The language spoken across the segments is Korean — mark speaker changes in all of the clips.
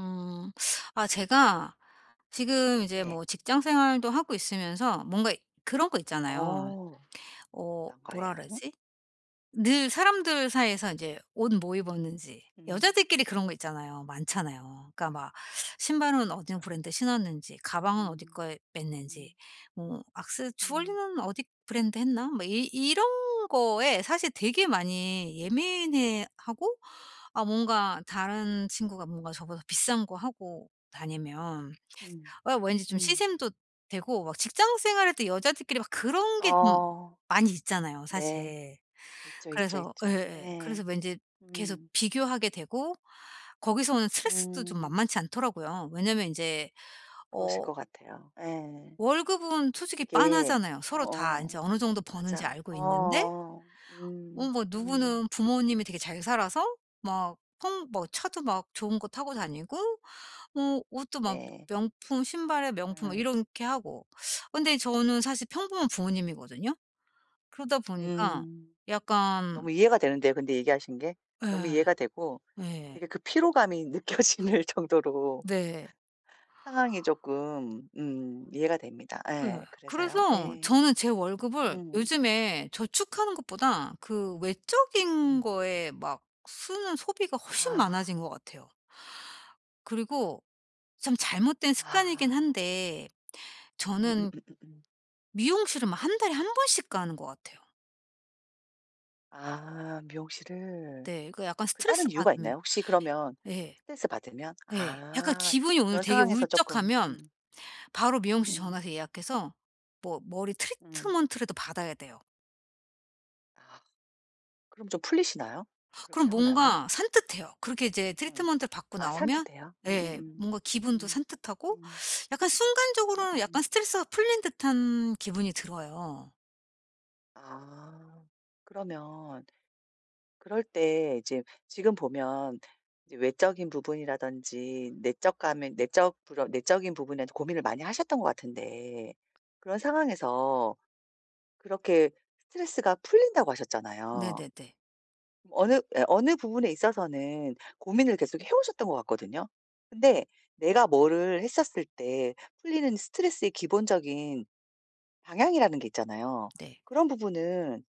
Speaker 1: 음. 아 제가 지금 이제
Speaker 2: 네.
Speaker 1: 뭐 직장 생활도 하고 있으면서 뭔가 그런 거 있잖아요.
Speaker 2: 어.
Speaker 1: 어
Speaker 2: 어떤 거예요?
Speaker 1: 뭐라 그러지? 늘 사람들 사이에서 이제 옷 뭐 입었는지
Speaker 2: 음.
Speaker 1: 여자들끼리 그런 거 있잖아요. 많잖아요. 그러니까 막 신발은 어디
Speaker 2: 그쵸.
Speaker 1: 브랜드 신었는지, 가방은 어디
Speaker 2: 음.
Speaker 1: 거 맸는지,
Speaker 2: 음.
Speaker 1: 뭐 액세
Speaker 2: 음.
Speaker 1: 주얼리는 어디 브랜드 했나? 뭐 이 이런 거에 사실 되게 많이 예민해 하고 아 뭔가 다른 친구가 뭔가 저보다 비싼 거 하고 다니면
Speaker 2: 음.
Speaker 1: 어 왠지 좀
Speaker 2: 음.
Speaker 1: 시샘도 되고 막 직장 생활할 때 여자들끼리 막 그런 게 좀
Speaker 2: 어.
Speaker 1: 많이 있잖아요
Speaker 2: 네.
Speaker 1: 사실.
Speaker 2: 있죠, 있죠,
Speaker 1: 그래서
Speaker 2: 있죠.
Speaker 1: 예예.
Speaker 2: 예.
Speaker 1: 그래서 왠지 계속
Speaker 2: 음.
Speaker 1: 비교하게 되고 거기서 오는 스트레스도 좀
Speaker 2: 음.
Speaker 1: 만만치 않더라고요. 왜냐면 이제
Speaker 2: 그러실
Speaker 1: 어
Speaker 2: 것 같아요. 예.
Speaker 1: 월급은 솔직히
Speaker 2: 이게
Speaker 1: 빤하잖아요. 서로 다 이제
Speaker 2: 어어.
Speaker 1: 어느 정도 버는지
Speaker 2: 맞아.
Speaker 1: 알고 있는데
Speaker 2: 어어.
Speaker 1: 뭐
Speaker 2: 음.
Speaker 1: 뭐
Speaker 2: 음.
Speaker 1: 누구는 부모님이 되게 잘 살아서 막 펑 뭐 차도 막 좋은 거 타고 다니고 뭐 옷도 막
Speaker 2: 네.
Speaker 1: 명품 신발에 명품 막
Speaker 2: 음.
Speaker 1: 이렇게 하고. 근데 저는 사실 평범한 부모님이거든요. 그러다 보니까
Speaker 2: 음.
Speaker 1: 약간
Speaker 2: 너무 이해가 되는데요, 근데 얘기하신 게. 너무 이해가
Speaker 1: 예.
Speaker 2: 되고
Speaker 1: 예.
Speaker 2: 되게 그 피로감이 느껴지는 정도로
Speaker 1: 네.
Speaker 2: 상황이 조금 이해가 됩니다.
Speaker 1: 예.
Speaker 2: 예. 그래서요.
Speaker 1: 그래서
Speaker 2: 예.
Speaker 1: 저는 제 월급을
Speaker 2: 음.
Speaker 1: 요즘에 저축하는 것보다 그 외적인
Speaker 2: 음.
Speaker 1: 거에 막 쓰는 소비가 훨씬
Speaker 2: 아.
Speaker 1: 많아진 것 같아요. 그리고 참 잘못된 습관이긴
Speaker 2: 아.
Speaker 1: 한데 저는
Speaker 2: 음음음음음.
Speaker 1: 미용실을 막 한 달에 한 번씩 가는 것 같아요.
Speaker 2: 아 미용실을.
Speaker 1: 네. 그 약간
Speaker 2: 그
Speaker 1: 스트레스
Speaker 2: 다른 이유가
Speaker 1: 받으면
Speaker 2: 있나요? 혹시 그러면
Speaker 1: 예.
Speaker 2: 스트레스 받으면?
Speaker 1: 예. 약간
Speaker 2: 아
Speaker 1: 기분이 오늘
Speaker 2: 그런
Speaker 1: 되게
Speaker 2: 상황에서 조금.
Speaker 1: 울적하면
Speaker 2: 음.
Speaker 1: 바로
Speaker 2: 음
Speaker 1: 미용실
Speaker 2: 음.
Speaker 1: 전화해서 예약해서 뭐 머리
Speaker 2: 음. 음.
Speaker 1: 트리트먼트라도 받아야 돼요.
Speaker 2: 아. 그럼 좀 풀리시나요? 그렇게
Speaker 1: 그럼
Speaker 2: 하고 나면?
Speaker 1: 뭔가 산뜻해요. 그렇게 이제
Speaker 2: 음.
Speaker 1: 트리트먼트를 받고
Speaker 2: 아
Speaker 1: 나오면
Speaker 2: 산뜻해요?
Speaker 1: 예 뭔가 기분도
Speaker 2: 음.
Speaker 1: 산뜻하고
Speaker 2: 음.
Speaker 1: 약간 순간적으로는 약간
Speaker 2: 음음음.
Speaker 1: 스트레스가 풀린 듯한 기분이 들어요.
Speaker 2: 아. 그러면 그럴 때 이제 지금 보면 이제 외적인 부분이라든지 내적 감에 내적 불어 내적인 부분에 고민을 많이 하셨던 것 같은데 그런 상황에서 그렇게 스트레스가 풀린다고 하셨잖아요.
Speaker 1: 네네네.
Speaker 2: 어느 예 어느 부분에 있어서는 고민을 계속 해 오셨던 것 같거든요. 근데 내가 뭐를 했었을 때 풀리는 스트레스의 기본적인 방향이라는 게 있잖아요.
Speaker 1: 네.
Speaker 2: 그런 부분은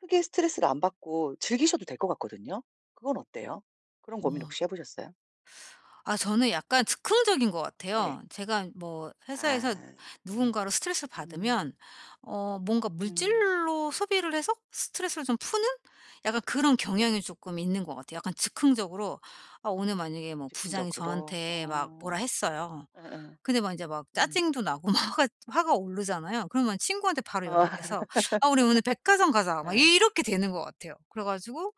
Speaker 2: 크게 스트레스를 안 받고 즐기셔도 될 것 같거든요. 그건 어때요? 그런 고민
Speaker 1: 어.
Speaker 2: 혹시 해 보셨어요?
Speaker 1: 아 저는 약간 즉흥적인 것 같아요.
Speaker 2: 네.
Speaker 1: 제가 뭐 회사에서
Speaker 2: 아 예.
Speaker 1: 누군가로 스트레스를
Speaker 2: 음.
Speaker 1: 받으면 어 뭔가
Speaker 2: 음.
Speaker 1: 물질로 소비를 해서 스트레스를 좀 푸는 약간 그런 경향이 조금 있는 것 같아요. 약간 즉흥적으로 아 오늘 만약에 뭐 부장이
Speaker 2: 즉흥적으로.
Speaker 1: 저한테 막 뭐라
Speaker 2: 어.
Speaker 1: 했어요.
Speaker 2: 예예.
Speaker 1: 근데 막 이제 막
Speaker 2: 음.
Speaker 1: 짜증도 나고 막 화가 오르잖아요. 그러면 친구한테 바로
Speaker 2: 어.
Speaker 1: 연락해서 "아 우리 오늘 백화점 가자." 막
Speaker 2: 예.
Speaker 1: 이렇게 되는 것 같아요. 그래 가지고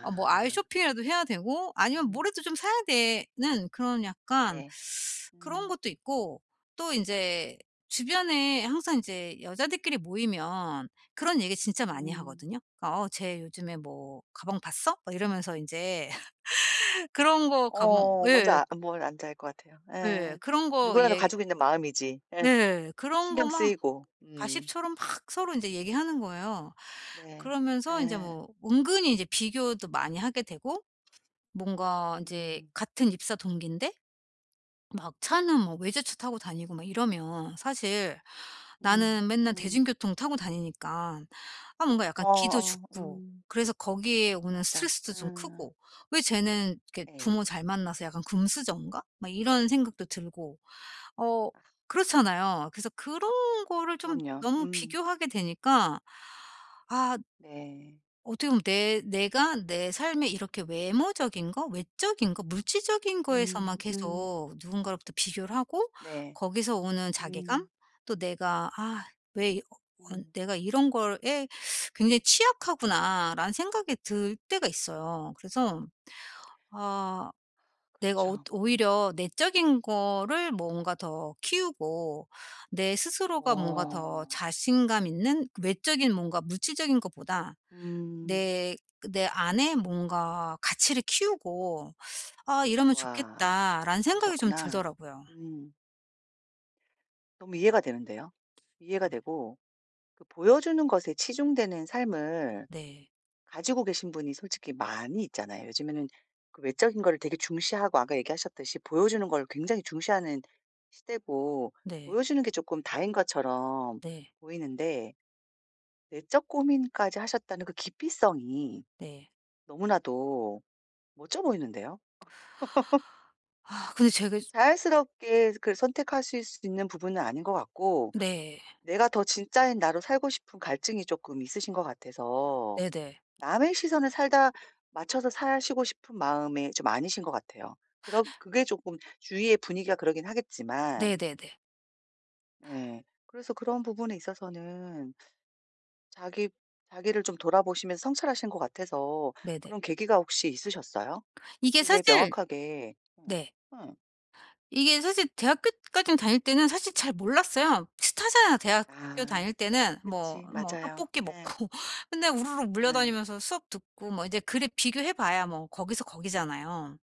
Speaker 1: 아 뭐 아이 쇼핑이라도 해야 되고 아니면
Speaker 2: 음.
Speaker 1: 뭐라도 좀 사야 되는 그런 약간
Speaker 2: 네.
Speaker 1: 그런
Speaker 2: 음.
Speaker 1: 것도 있고 또 인제 주변에 항상 인제 여자들끼리 모이면 그런 얘기 진짜 많이
Speaker 2: 음.
Speaker 1: 하거든요. 그러니까 "어 쟤 요즘에 뭐 가방 봤어?" 막 이러면서 인제 그런 거 가방
Speaker 2: 어 뭔지
Speaker 1: 예.
Speaker 2: 아 뭔 뭔지 것 같아요.
Speaker 1: 예.
Speaker 2: 예.
Speaker 1: 그런 거
Speaker 2: 누구라도
Speaker 1: 얘
Speaker 2: 가지고 있는 마음이지. 예.
Speaker 1: 네. 그런 거
Speaker 2: 신경
Speaker 1: 막
Speaker 2: 쓰이고. 음.
Speaker 1: 가십처럼 막 서로 이제 얘기하는 거예요.
Speaker 2: 네.
Speaker 1: 그러면서 이제
Speaker 2: 예.
Speaker 1: 뭐 은근히 이제 비교도 많이 하게 되고 뭔가 이제
Speaker 2: 음.
Speaker 1: 같은 입사 동기인데 막 차는 뭐 외제차 타고 다니고 막 이러면 사실
Speaker 2: 음.
Speaker 1: 나는 맨날
Speaker 2: 음.
Speaker 1: 대중교통 타고 다니니까 아 뭔가 약간 기도
Speaker 2: 어어.
Speaker 1: 죽고
Speaker 2: 음.
Speaker 1: 그래서 거기에 오는
Speaker 2: 맞아.
Speaker 1: 스트레스도 좀
Speaker 2: 음.
Speaker 1: 크고 '왜 쟤는 이렇게
Speaker 2: 예.
Speaker 1: 부모 잘 만나서 약간 금수저인가?' 막 이런 생각도 들고 어
Speaker 2: 아.
Speaker 1: 그렇잖아요. 그래서 그런 거를 좀
Speaker 2: 그럼요.
Speaker 1: 너무
Speaker 2: 음.
Speaker 1: 비교하게 되니까 아
Speaker 2: 네.
Speaker 1: 어떻게 보면 내 내가 내 삶에 이렇게 외모적인 거, 외적인 거, 물질적인 거에서만
Speaker 2: 음.
Speaker 1: 계속 누군가로부터 비교를 하고
Speaker 2: 네.
Speaker 1: 거기서 오는 자괴감
Speaker 2: 음
Speaker 1: 또 내가 '아 왜
Speaker 2: 음.
Speaker 1: 내가 이런 거에 굉장히 취약하구나.'라는 생각이 들 때가 있어요. 그래서 아 내가 오
Speaker 2: 그렇죠. 음.
Speaker 1: 오히려 내적인 거를 뭔가 더 키우고 내 스스로가 뭔가
Speaker 2: 오.
Speaker 1: 더 자신감 있는 외적인 뭔가 물질적인 것보다
Speaker 2: 음.
Speaker 1: 내 안에 뭔가 가치를 키우고 '아 이러면
Speaker 2: 와
Speaker 1: 좋겠다.'라는 생각이 좀
Speaker 2: 그러셨구나.
Speaker 1: 들더라고요.
Speaker 2: 음. 너무 이해가 되는데요. 이해가
Speaker 1: 네.
Speaker 2: 되고 그 보여주는 것에 치중되는 삶을
Speaker 1: 네.
Speaker 2: 가지고 계신 분이 솔직히 많이 있잖아요. 요즘에는 그 외적인 거를 되게 중시하고 아까 얘기하셨듯이 보여주는 걸 굉장히 중시하는 시대고
Speaker 1: 네.
Speaker 2: 보여주는 게 조금 다인 것처럼
Speaker 1: 네.
Speaker 2: 보이는데 내적 고민까지 하셨다는 그 깊이성이
Speaker 1: 네.
Speaker 2: 너무나도 멋져 보이는데요.
Speaker 1: 아 근데 제가
Speaker 2: 자연스럽게 그 선택하실 수 있는 부분은 아닌 것 같고
Speaker 1: 네.
Speaker 2: 내가 더 진짜인 나로 살고 싶은 갈증이 조금 있으신 것 같아서
Speaker 1: 네네.
Speaker 2: 남의 시선에 살다 맞춰서 사시고 싶은 마음이 좀 아니신 것 같아요. 그럼 그게 조금 주위의 분위기가 그러긴 하겠지만
Speaker 1: 네네네.
Speaker 2: 예. 그래서 그런 부분에 있어서는 자기 자기를 좀 돌아보시면서 성찰하신 것 같아서
Speaker 1: 네네.
Speaker 2: 그런 계기가 혹시 있으셨어요?
Speaker 1: 이게
Speaker 2: 되게
Speaker 1: 사실
Speaker 2: 명확하게 응.
Speaker 1: 네.
Speaker 2: 응.
Speaker 1: 이게 사실 대학교까지 다닐 때는 사실 잘 몰랐어요. 스타잖아. 대학교
Speaker 2: 아
Speaker 1: 다닐 때는 뭐
Speaker 2: 그치.
Speaker 1: 뭐
Speaker 2: 맞아요.
Speaker 1: 떡볶이
Speaker 2: 예.
Speaker 1: 먹고 근데 우르르 물려다니
Speaker 2: 예.
Speaker 1: 면서 수업 듣고 뭐 이제 그래 비교해 봐야 뭐 거기서 거기잖아요.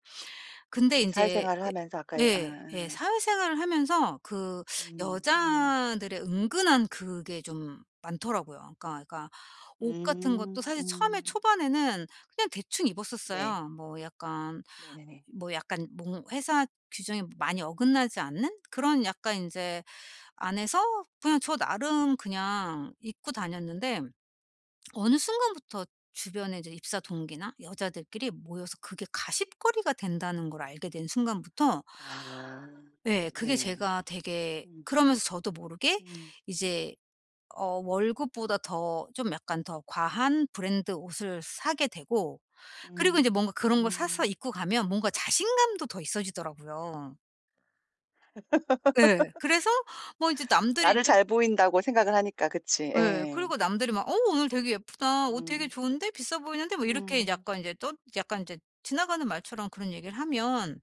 Speaker 1: 근데
Speaker 2: 근데
Speaker 1: 이제
Speaker 2: 사회생활을 하면서 아까
Speaker 1: 예
Speaker 2: 예. 아
Speaker 1: 예. 예.
Speaker 2: 예.
Speaker 1: 사회생활을 하면서 그
Speaker 2: 음. 음.
Speaker 1: 여자들의 은근한 그게 좀 많더라고요. 그러니까 옷 같은
Speaker 2: 음.
Speaker 1: 것도 사실 처음에
Speaker 2: 음.
Speaker 1: 초반에는 그냥 대충
Speaker 2: 네.
Speaker 1: 입었었어요. 뭐 약간
Speaker 2: 네네네.
Speaker 1: 뭐 약간 뭔 회사 규정에 많이 어긋나지 않는 그런 약간 인제 안에서 그냥 저 나름 그냥 입고 다녔는데 어느 순간부터 주변에 이제 입사 동기나 여자들끼리 모여서 그게 가십거리가 된다는 걸 알게 된 순간부터
Speaker 2: 아
Speaker 1: 예 그게
Speaker 2: 네.
Speaker 1: 제가 되게
Speaker 2: 음
Speaker 1: 그러면서 저도 모르게
Speaker 2: 음
Speaker 1: 이제 어 월급보다 더 좀 약간 더 과한 브랜드 옷을 사게 되고 그리고 인제
Speaker 2: 음
Speaker 1: 뭔가 그런 걸 사서
Speaker 2: 음.
Speaker 1: 입고 가면 뭔가 자신감도 더 있어지더라고요. 예. 그래서 뭐 이제 남들이
Speaker 2: 나를
Speaker 1: 그
Speaker 2: 잘 보인다고 생각을 하니까 그치.
Speaker 1: 예.
Speaker 2: 예.
Speaker 1: 그리고 남들이 막 "어 오늘 되게 예쁘다. 옷 되게
Speaker 2: 음.
Speaker 1: 좋은데? 비싸 보이는데?" 뭐 이렇게
Speaker 2: 음.
Speaker 1: 약간 이제 또 약간 이제 지나가는 말처럼 그런 얘기를 하면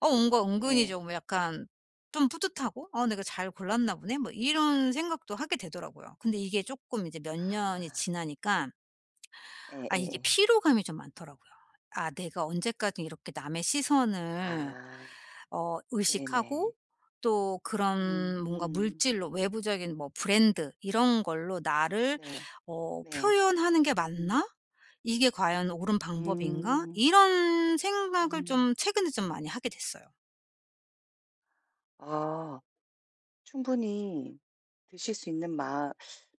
Speaker 1: 어 뭔가 은근히
Speaker 2: 네.
Speaker 1: 좀 약간 좀 뿌듯하고 '어 내가 잘 골랐나 보네.' 뭐 이런 생각도 하게 되더라고요. 근데 이게 쪼끔 이제 몇 년이
Speaker 2: 아
Speaker 1: 지나니까 아 이게
Speaker 2: 예예예.
Speaker 1: 피로감이 좀 많더라고요. '아 내가 언제까지 이렇게 남의 시선을
Speaker 2: 아
Speaker 1: 어
Speaker 2: 네네.
Speaker 1: 의식하고 또
Speaker 2: 음
Speaker 1: 그런 뭔가
Speaker 2: 음.
Speaker 1: 물질로 외부적인 뭐 브랜드 이런 걸로 나를
Speaker 2: 네.
Speaker 1: 어
Speaker 2: 네.
Speaker 1: '표현하는 게
Speaker 2: 음.
Speaker 1: 맞나? 이게 과연 옳은 방법인가?'
Speaker 2: 음.
Speaker 1: 이런 생각을
Speaker 2: 음.
Speaker 1: 좀 최근에 좀 많이 하게 됐어요.
Speaker 2: 아. 충분히 드실 수 있는 마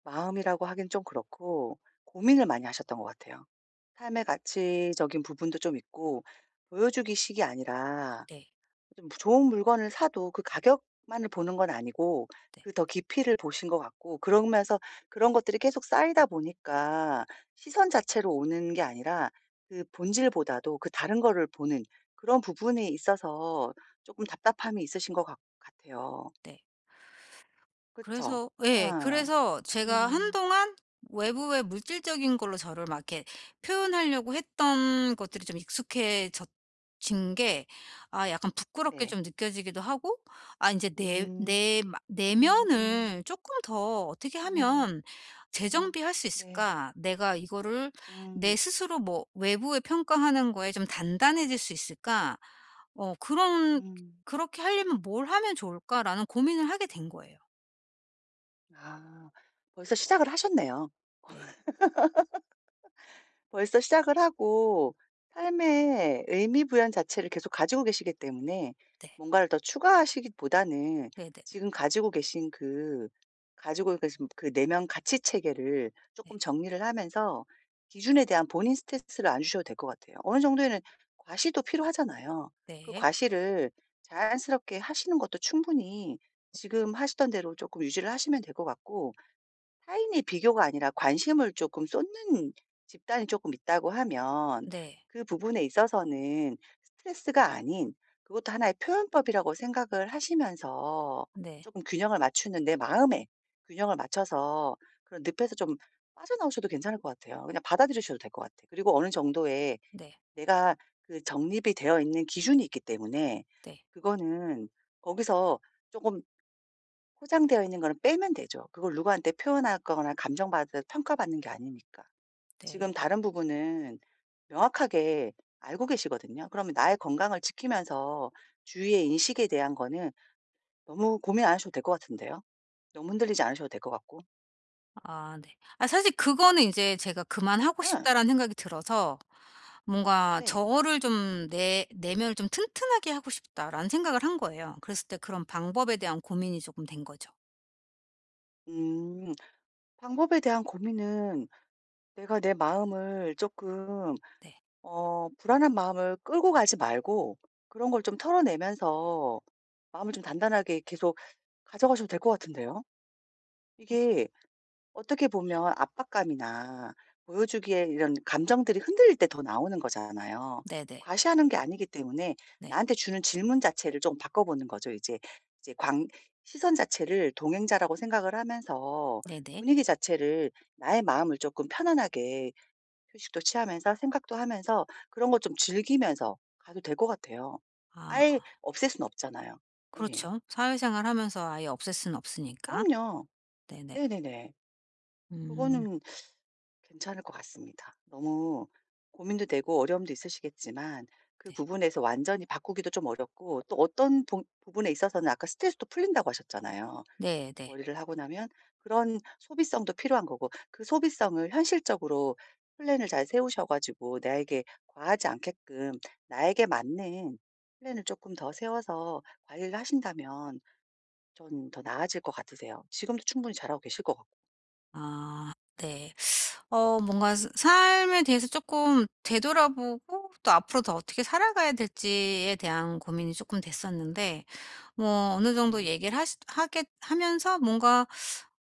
Speaker 2: 마음이라고 하긴 좀 그렇고 고민을 많이 하셨던 것 같아요. 삶의 가치적인 부분도 좀 있고 보여주기식이 아니라
Speaker 1: 네.
Speaker 2: 좀 좋은 물건을 사도 그 가격만을 보는 건 아니고
Speaker 1: 네.
Speaker 2: 그 더 깊이를 보신 것 같고 그러면서 그런 것들이 계속 쌓이다 보니까 시선 자체로 오는 게 아니라 그 본질보다도 그 다른 거를 보는 그런 부분에 있어서 조금 답답함이 있으신 것 같 같아요.
Speaker 1: 네.
Speaker 2: 그쵸.
Speaker 1: 그래서 예.
Speaker 2: 아.
Speaker 1: 그래서 제가
Speaker 2: 음.
Speaker 1: 한동안 외부의 물질적인 걸로 저를 막 이렇게 표현하려고 했던 것들이 좀 익숙해졌진 게 아 약간 부끄럽게
Speaker 2: 네.
Speaker 1: 좀 느껴지기도 하고 아 인제 내
Speaker 2: 음.
Speaker 1: 내 마
Speaker 2: 음 음.
Speaker 1: '내면을 쪼끔 더 어떻게
Speaker 2: 음.
Speaker 1: 하면
Speaker 2: 음.
Speaker 1: 재정비할 수
Speaker 2: 네.
Speaker 1: 있을까? 내가 이거를 내
Speaker 2: 음.
Speaker 1: 스스로 뭐 외부의 평가하는 거에 좀 단단해질 수 있을까? 어 그런
Speaker 2: 음.
Speaker 1: 그렇게 하려면 뭘 하면 좋을까?'라는 고민을 하게 된 거예요.
Speaker 2: 아 벌써 시작을 하셨네요.
Speaker 1: 네.
Speaker 2: 벌써 시작을 하고 삶의 의미 부여한 자체를 계속 가지고 계시기 때문에
Speaker 1: 네.
Speaker 2: 뭔가를 더 추가하시기보다는
Speaker 1: 네네.
Speaker 2: 지금 가지고 계신 그 내면 가치 체계를
Speaker 1: 네.
Speaker 2: 조금 정리를 하면서 기준에 대한 본인 스트레스를 안 주셔도 될 것 같아요. 어느 정도에는 과시도 필요하잖아요. 그
Speaker 1: 네.
Speaker 2: 과시를 자연스럽게 하시는 것도 충분히 지금 하시던 대로 조금 유지를 하시면 될 것 같고 타인의 비교가 아니라 관심을 조금 쏟는 집단이 조금 있다고 하면
Speaker 1: 네.
Speaker 2: 그 부분에 있어서는 스트레스가 아닌 그것도 하나의 표현법이라고 생각을 하시면서
Speaker 1: 네. 네.
Speaker 2: 조금 균형을 맞추는 내 마음에 균형을 맞춰서 그런 늪에서 좀 빠져나오셔도 괜찮을 것 같아요. 그냥 받아들이셔도 될 것 같아. 요 그리고 어느 정도의
Speaker 1: 네.
Speaker 2: 내가 그 정립이 되어 있는 기준이 있기 때문에
Speaker 1: 네.
Speaker 2: 그거는 거기서 조금 포장되어 있는 거는 빼면 되죠. 그걸 누구한테 표현하거나 감정받아 평가받는 게 아니니까.
Speaker 1: 네.
Speaker 2: 지금 다른 부분은 명확하게 알고 계시거든요. 그러면 나의 건강을 지키면서 주위의 인식에 대한 거는 너무 고민 안 하셔도 될 것 같은데요. 너무 흔들리지 않으셔도 될 것 같고.
Speaker 1: 아 네. 아 사실 그거는 인제 제가 '그만하고
Speaker 2: 응.
Speaker 1: 싶다.'라는 생각이 들어서 뭔가
Speaker 2: 네.
Speaker 1: '저를 좀 내 내면을 좀 튼튼하게 하고 싶다.'라는 생각을 한 거예요. 그랬을 때 그런 방법에 대한 고민이 쪼끔 된 거죠.
Speaker 2: 음, 방법에 대한 고민은 내가 내 마음을 조금,
Speaker 1: 네.
Speaker 2: 어, 불안한 마음을 끌고 가지 말고 그런 걸 좀 털어내면서 마음을 좀 단단하게 계속 가져가셔도 될 것 같은데요. 이게 어떻게 보면 압박감이나 보여주기에 이런 감정들이 흔들릴 때 더 나오는 거잖아요.
Speaker 1: 네네.
Speaker 2: 과시하는 게 아니기 때문에
Speaker 1: 네.
Speaker 2: 나한테 주는 질문 자체를 좀 바꿔보는 거죠. 이제 이제 광 시선 자체를 동행자라고 생각을 하면서
Speaker 1: 네네.
Speaker 2: 분위기 자체를 나의 마음을 조금 편안하게 휴식도 취하면서 생각도 하면서 그런 거 좀 즐기면서 가도 될 것 같아요.
Speaker 1: 아
Speaker 2: 아예 없앨 수는 없잖아요. 예.
Speaker 1: 그렇죠. 사회생활 하면서 아예 없앨 수는 없으니까.
Speaker 2: 그럼요.
Speaker 1: 네네.
Speaker 2: 네네네.
Speaker 1: 음.
Speaker 2: 그거는 괜찮을 것 같습니다. 너무 고민도 되고 어려움도 있으시겠지만 그
Speaker 1: 네.
Speaker 2: 부분에서 완전히 바꾸기도 좀 어렵고 또 어떤 부, 분에 있어서는 아까 스트레스도 풀린다고 하셨잖아요.
Speaker 1: 네네.
Speaker 2: 머리를 하고 나면 그런 소비성도 필요한 거고 그 소비성을 현실적으로 플랜을 잘 세우셔가지고 나에게 과하지 않게끔 나에게 맞는 플랜을 조금 더 세워서 관리를 하신다면 전 더 나아질 것 같으세요. 지금도 충분히 잘하고 계실 것 같고.
Speaker 1: 아 네. 어 뭔가 스 삶에 대해서 조금 되돌아보고 또 앞으로 더 어떻게 살아가야 될지에 대한 고민이 조금 됐었는데 뭐 어느 정도
Speaker 2: 네.
Speaker 1: 얘기를 하시 하게 하면서 뭔가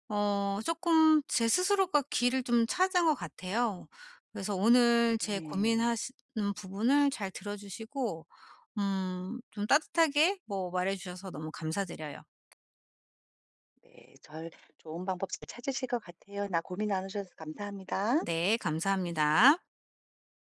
Speaker 1: 어 조금 제 스스로가 길을 좀 찾은 것 같아요. 그래서 오늘 제
Speaker 2: 네.
Speaker 1: 고민하시는 부분을 잘 들어 주시고 좀 따뜻하게 뭐 말해 주셔서 너무 감사드려요.
Speaker 2: 네. 절 좋은 방법 잘 찾으실 것 같아요. 나 고민 나누셔서 감사합니다.
Speaker 1: 네 감사합니다.